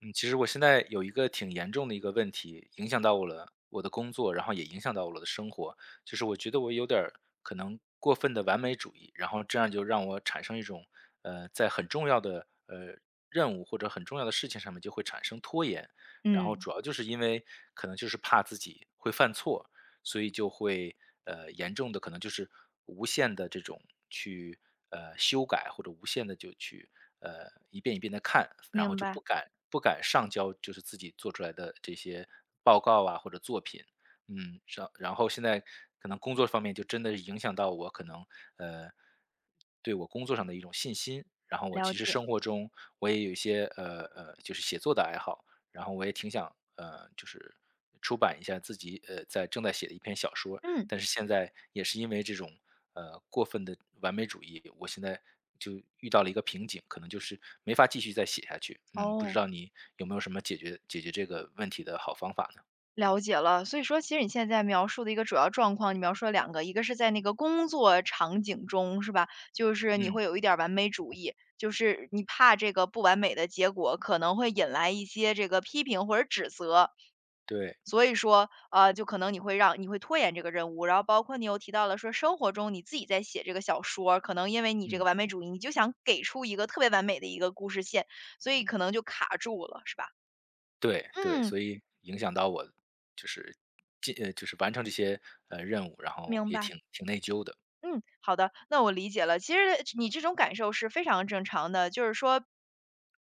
嗯，其实我现在有一个挺严重的一个问题，影响到我的工作，然后也影响到我的生活。就是我觉得我有点儿可能过分的完美主义，然后这样就让我产生一种，在很重要的任务或者很重要的事情上面就会产生拖延，然后嗯，主要就是因为可能就是怕自己会犯错，所以就会严重的可能就是无限的这种去修改或者无限的就去一遍一遍的看，然后明就白，不敢上交就是自己做出来的这些报告啊或者作品。然后现在可能工作方面就真的影响到我可能，呃，对我工作上的一种信心。然后我了其实解。生活中我也有一些，就是写作的爱好，然后我也挺想，就是出版一下自己，在正在写的一篇小说，嗯，但是现在也是因为这种过分的完美主义，我现在就遇到了一个瓶颈，可能就是没法继续再写下去。嗯，不知哦，道你有没有什么解决这个问题的好方法呢？了解了。所以说，其实你现在描述的一个主要状况，你描述了两个，一个是在那个工作场景中，是吧？就是你嗯，会有一点儿完美主义，就是你怕这个不完美的结果可能会引来一些这个批评或者指责，对，所以说，就可能你会拖延这个任务。然后包括你又提到了说，生活中你自己在写这个小说儿可能因为你这个嗯，完美主义，你就想给出一个特别完美的一个故事线，所以可能就卡住了，是吧？对对，嗯，所以影响到我就是就是完成这些任务，然后明也白。挺内疚的。嗯，好的，那我理解了。其实你这种感受是非常正常的，就是说，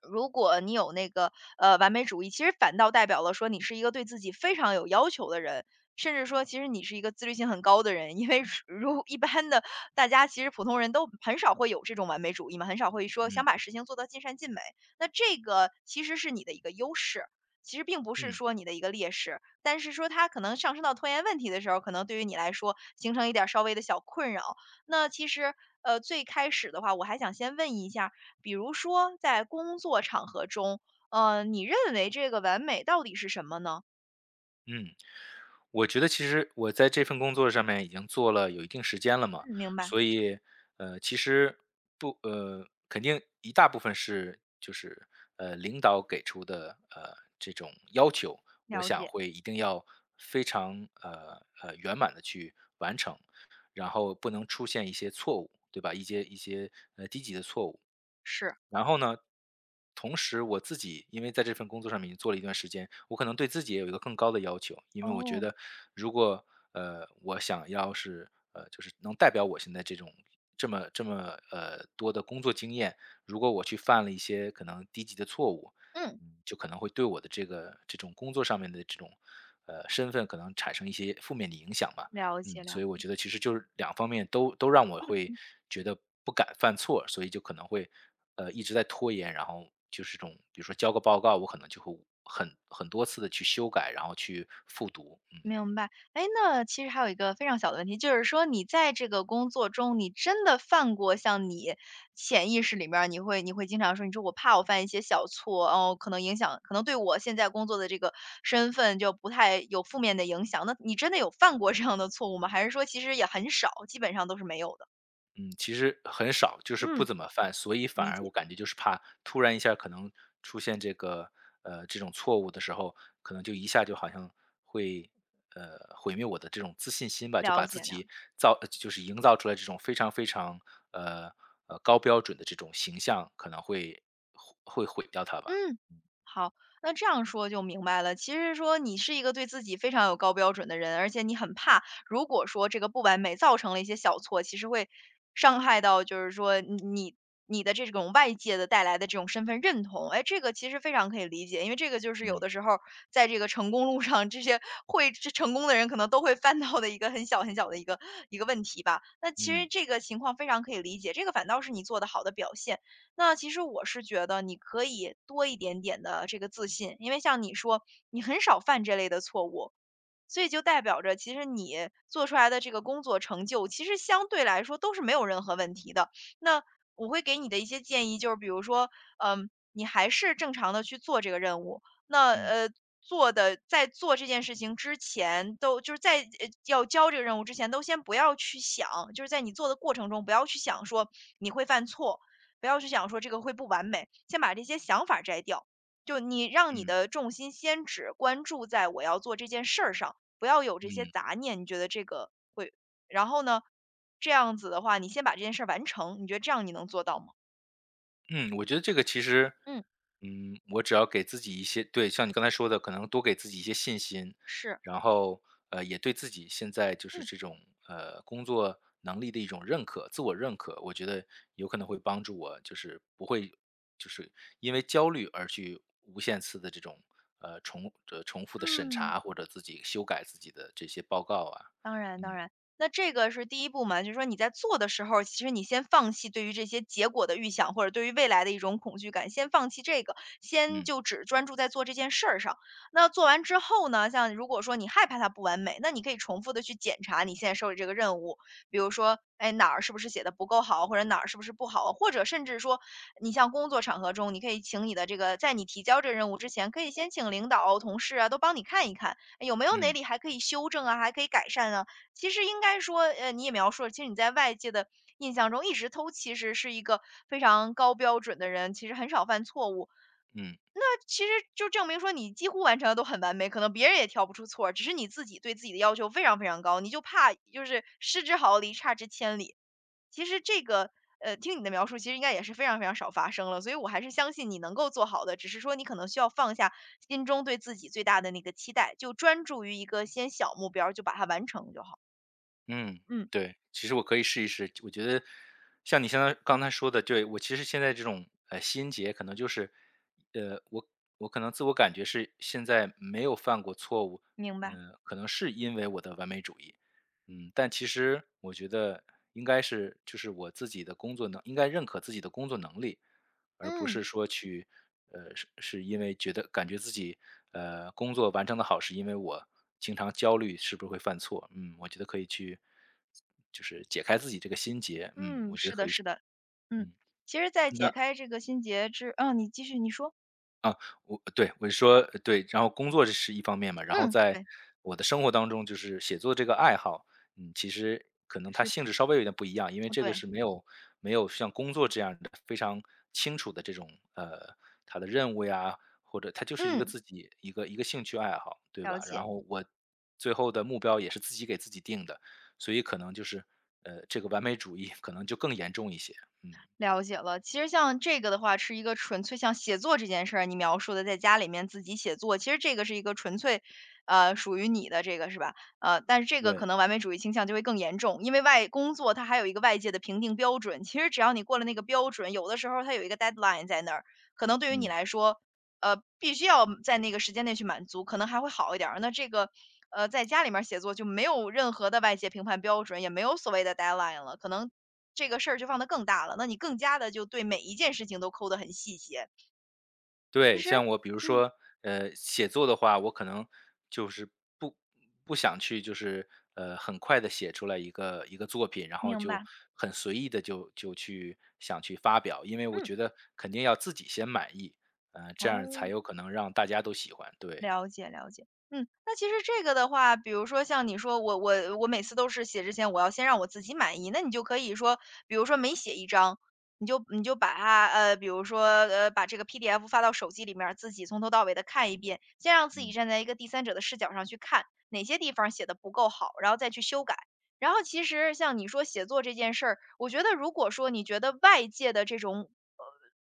如果你有那个完美主义，其实反倒代表了说你是一个对自己非常有要求的人，甚至说其实你是一个自律性很高的人。因为是 如一般的大家其实普通人都很少会有这种完美主义嘛，很少会说想嗯把事情做到尽善尽美。那这个其实是你的一个优势。其实并不是嗯。说你的一个劣势，但是说它可能上升到拖延问题的时候，可能对于你来说形成一点儿稍微的小困扰。那其实，最开始的话，我还想先问一下，比如说在工作场合中，你认为这个完美到底是什么呢？嗯，我觉得其实我在这份工作上面已经做了有一定时间了嘛，嗯，明白，所以其实不呃，肯定一大部分是就是领导给出的这种要求，我了想解，会一定要非常圆满的去完成，然后不能出现一些错误，对吧？一些低级的错误。是，然后呢，同时我自己因为在这份工作上面已经做了一段时间，我可能对自己也有一个更高的要求，因为我觉哦，得如果我想要是就是能代表我现在这种这么多的工作经验，如果我去犯了一些可能低级的错误，嗯，就可能会对我的这个这种工作上面的这种身份可能产生一些负面的影响吧。了解了所以我解。觉得其实就是两方面都让我会觉得不敢犯错，所以就可能会一直在拖延，然后就是这种比如说交个报告，我可能就会很多次的去修改，然后去复读，嗯。明白。哎，那其实还有一个非常小的问题，就是说你在这个工作中，你真的犯过像你潜意识里面儿，你会经常说，你说我怕我犯一些小错，哦，可能影响可能对我现在工作的这个身份就不太有负面的影响，那你真的有犯过这样的错误吗？还是说其实也很少，基本上都是没有的？嗯，其实很少，就是不嗯，怎么犯，所以反理而解，我感觉就是怕突然一下可能出现这个这种错误的时候，可能就一下就好像会毁灭我的这种自信心吧，就了把自解了己解。就是营造出来这种非常非常呃高标准的这种形象，可能会毁掉它吧。嗯，好，那这样说就明白了。其实说你是一个对自己非常有高标准的人，而且你很怕，如果说这个不完美造成了一些小错，其实会伤害到，就是说你的这种外界的带来的这种身份认同。哎，这个其实非常可以理解，因为这个就是有的嗯时候在这个成功路上，这些会这成功的人可能都会犯到的一个很小很小的一个问题吧。那其实嗯这个情况非常可以理解，这个反倒是你做的好的表现。那其实我是觉得你可以多一点点的这个自信，因为像你说，你很少犯这类的错误，所以就代表着其实你做出来的这个工作成就，其实相对来说都是没有任何问题的。那我会给你的一些建议就是，比如说，嗯，你还是正常的去做这个任务，那。嗯在做这件事情之前，都就是在要交这个任务之前，都先不要去想，就是在你做的过程中，不要去想说你会犯错，不要去想说这个会不完美，先把这些想法摘掉。就你让你嗯的重心先只关注在我要做这件事儿上，不要有这些嗯。杂念。你觉得这个会，然后呢，这样子的话，你先把这件事儿完成，你觉得这样你能做到吗？嗯，我觉得这个其实，嗯，我只要给自己一些对，像你刚才说的，可能多给自己一些信心，是，然后也对自己现在就是嗯。这种工作能力的一种认可，自我认可，我觉得有可能会帮助我，就是不会就是因为焦虑而去无限次的这种重复的审嗯。查或者自己修改自己的这些报告啊，当然当嗯然，那这个是第一步嘛，就是说你在做的时候，其实你先放弃对于这些结果的预想，或者对于未来的一种恐惧感，先放弃这个，先嗯就只专注在做这件事儿上。那做完之后呢，像如果说你害怕它不完美，那你可以重复的去检查你现在手里这个任务，比如说，哎，哪儿是不是写的不够好，或者哪儿是不是不好，或者甚至说，你像工作场合中，你可以请你的这个，在你提交这个任务之前，可以先请领导、同事啊，都帮你看一看。有没有哪嗯里还可以修正啊，还可以改善啊？其实应该说，你也描述了，其实你在外界的印象中一直都其实是一个非常高标准的人，其实很少犯错误。嗯那其实就证明说你几乎完成的都很完美，可能别人也挑不出错儿，只是你自己对自己的要求非常非常高，你就怕就是失之毫厘，差之千里。其实这个，听你的描述，其实应该也是非常非常少发生了，所以我还是相信你能够做好的，只是说你可能需要放下心中对自己最大的那个期待，就专注于一个先小目标儿就把它完成就好。嗯，嗯。对，其实我可以试一试。我觉得像你相当刚才说的，对，我其实现在这种心结，可能就是，呃，我我可能自我感觉是现在没有犯过错误，明白，可能是因为我的完美主义，但其实我觉得应该是就是我自己的工作应该认可自己的工作能力，而不嗯是说去，是因为觉得感觉自己，工作完成的好，是因为我经常焦虑是不是会犯错，我觉得可以去就是解开自己这个心结，嗯嗯，是的，是的，嗯。嗯，其实，在那解开这个心结之你继续，你说。啊，我是说对，然后工作这是一方面嘛，然后嗯，在对，我的生活当中，就是写作这个爱好，其实可能它性质稍微有点不一样，因为是这个对。是没有像工作这样的非常清楚的这种它的任务呀，或者它就是一个嗯，自己一个兴趣爱好，对了吧？解然后我最后的目标也是自己给自己定的，所以可能就是这个完美主义可能就更严重一些，嗯，了解了。其实像这个的话，是一个纯粹像写作这件事儿啊，你描述的在家里面自己写作，其实这个是一个纯粹，属于你的这个是吧？但是这个可对，能完美主义倾向就会更严重，因为外工作它还有一个外界的评定标准，其实只要你过了那个标准，有的时候它有一个 deadline 在那儿，可能对于你嗯。来说，必须要在那个时间内去满足，可能还会好一点儿。那这个。在家里面儿写作就没有任何的外界评判标准，也没有所谓的 deadline 了，可能这个事儿就放得更大了，那你更加的就对每一件事情都抠得很细节。其对，实像我比如嗯，说，写作的话，我可能就是不不想去，就是很快的写出来一个一个作品，然后明就白，很随意的就去想去发表，因为我嗯，觉得肯定要自己先满意，这样哦。才有可能让大家都喜欢，对，了解了解，嗯，那其实这个的话，比如说像你说我每次都是写之前，我要先让我自己满意，那你就可以说，比如说每写一张，你就把它比如说把这个 PDF 发到手机里面儿，自己从头到尾的看一遍，先让自己嗯站在一个第三者的视角上去看哪些地方写的不够好，然后再去修改。然后其实像你说写作这件事儿，我觉得如果说你觉得外界的这种。呃。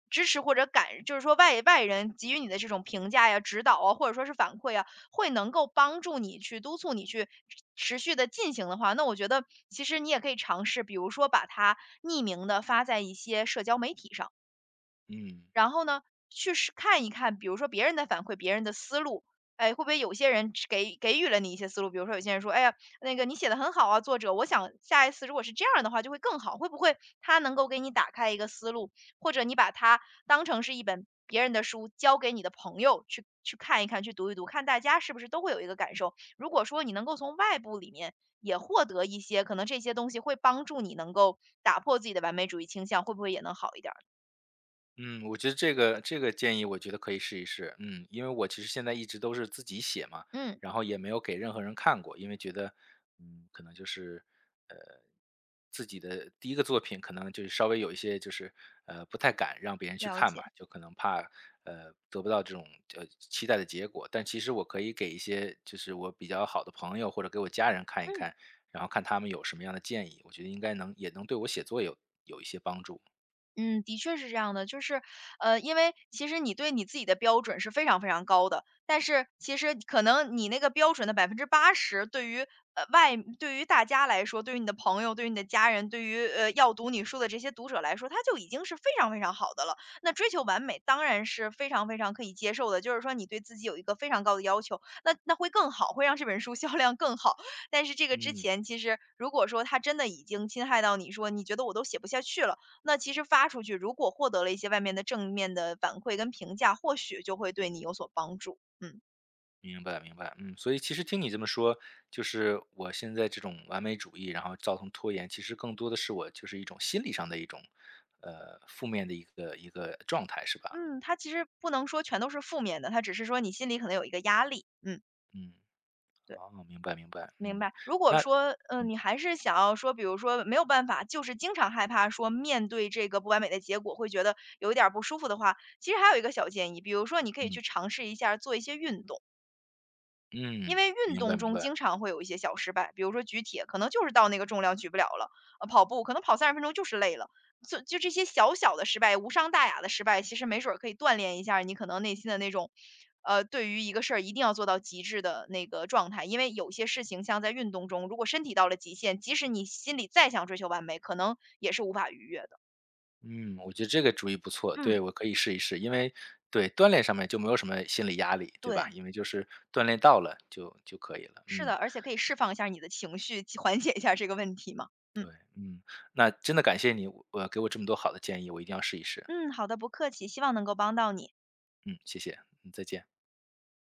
支持或者就是说外人给予你的这种评价呀、指导啊，或者说是反馈啊，会能够帮助你去督促你去持续的进行的话，那我觉得其实你也可以尝试，比如说把它匿名的发在一些社交媒体上。嗯。然后呢，去是看一看，比如说别人的反馈，别人的思路，哎，会不会有些人只给予了你一些思路？比如说有些人说，哎呀，那个你写的很好啊，作者，我想下一次如果是这样的话就会更好，会不会他能够给你打开一个思路，或者你把它当成是一本别人的书，交给你的朋友去看一看，去读一读，看大家是不是都会有一个感受。如果说你能够从外部里面也获得一些，可能这些东西会帮助你能够打破自己的完美主义倾向，会不会也能好一点儿？嗯，我觉得这个建议我觉得可以试一试。嗯，因为我其实现在一直都是自己写嘛，嗯，然后也没有给任何人看过，因为觉得，可能就是呃自己的第一个作品，可能就是稍微有一些就是不太敢让别人去了看解。嘛，就可能怕得不到这种期待的结果。但其实我可以给一些就是我比较好的朋友或者给我家人看一嗯看，然后看他们有什么样的建议，我觉得应该能也能对我写作有一些帮助。嗯，的确是这样的，就是，因为其实你对你自己的标准是非常非常高的，但是其实可能你那个标准的80%，对于对于大家来说，对于你的朋友，对于你的家人，对于要读你书的这些读者来说，他就已经是非常非常好的了。那追求完美当然是非常非常可以接受的，就是说你对自己有一个非常高的要求，那会更好，会让这本书 销量更好。但是这个之嗯。前，其实如果说他真的已经侵害到你说，你觉得我都写不下去了。那其实发出去，如果获得了一些外面的正面的反馈跟评价，或许就会对你有所帮助。嗯明白明白，所以其实听你这么说，就是我现在这种完美主义，然后造成拖延，其实更多的是我就是一种心理上的一种，负面的一个一个状态，是吧？嗯，它其实不能说全都是负面的，它只是说你心里可能有一个压力。嗯，嗯，对，哦，明白明白，明嗯，白。如果那，说，嗯你还是想要说，比如说没有办法，就是经常害怕说面对这个不完美的结果，会觉得有一点儿不舒服的话，其实还有一个小建议，比如说你可以嗯去尝试一下做一些运动。因嗯，为运明白动明中白，经常会有一些小失败，比如说举铁，可能就是到那个重量举不了了，跑步可能跑30 分钟就是累了，就这些小小的失败，无伤大雅的失败，其实没准儿可以锻炼一下儿你可能内心的那种，对于一个事儿一定要做到极致的那个状态。因为有些事情像在运动中，如果身体到了极限，即使你心里再想追求完美，可能也是无法逾越的。嗯，我觉得这个主意不错，嗯，对我可以试一试，因为对锻炼上面就没有什么心理压力，对吧？对，因为就是锻炼到了就可以了，是嗯，的，而且可以释放一下你的情绪，缓解一下这个问题嘛。嗯对，嗯，那真的感谢你，给我这么多好的建议，我一定要试一试。嗯，好的，不客气，希望能够帮到你。嗯，谢谢，嗯，再见。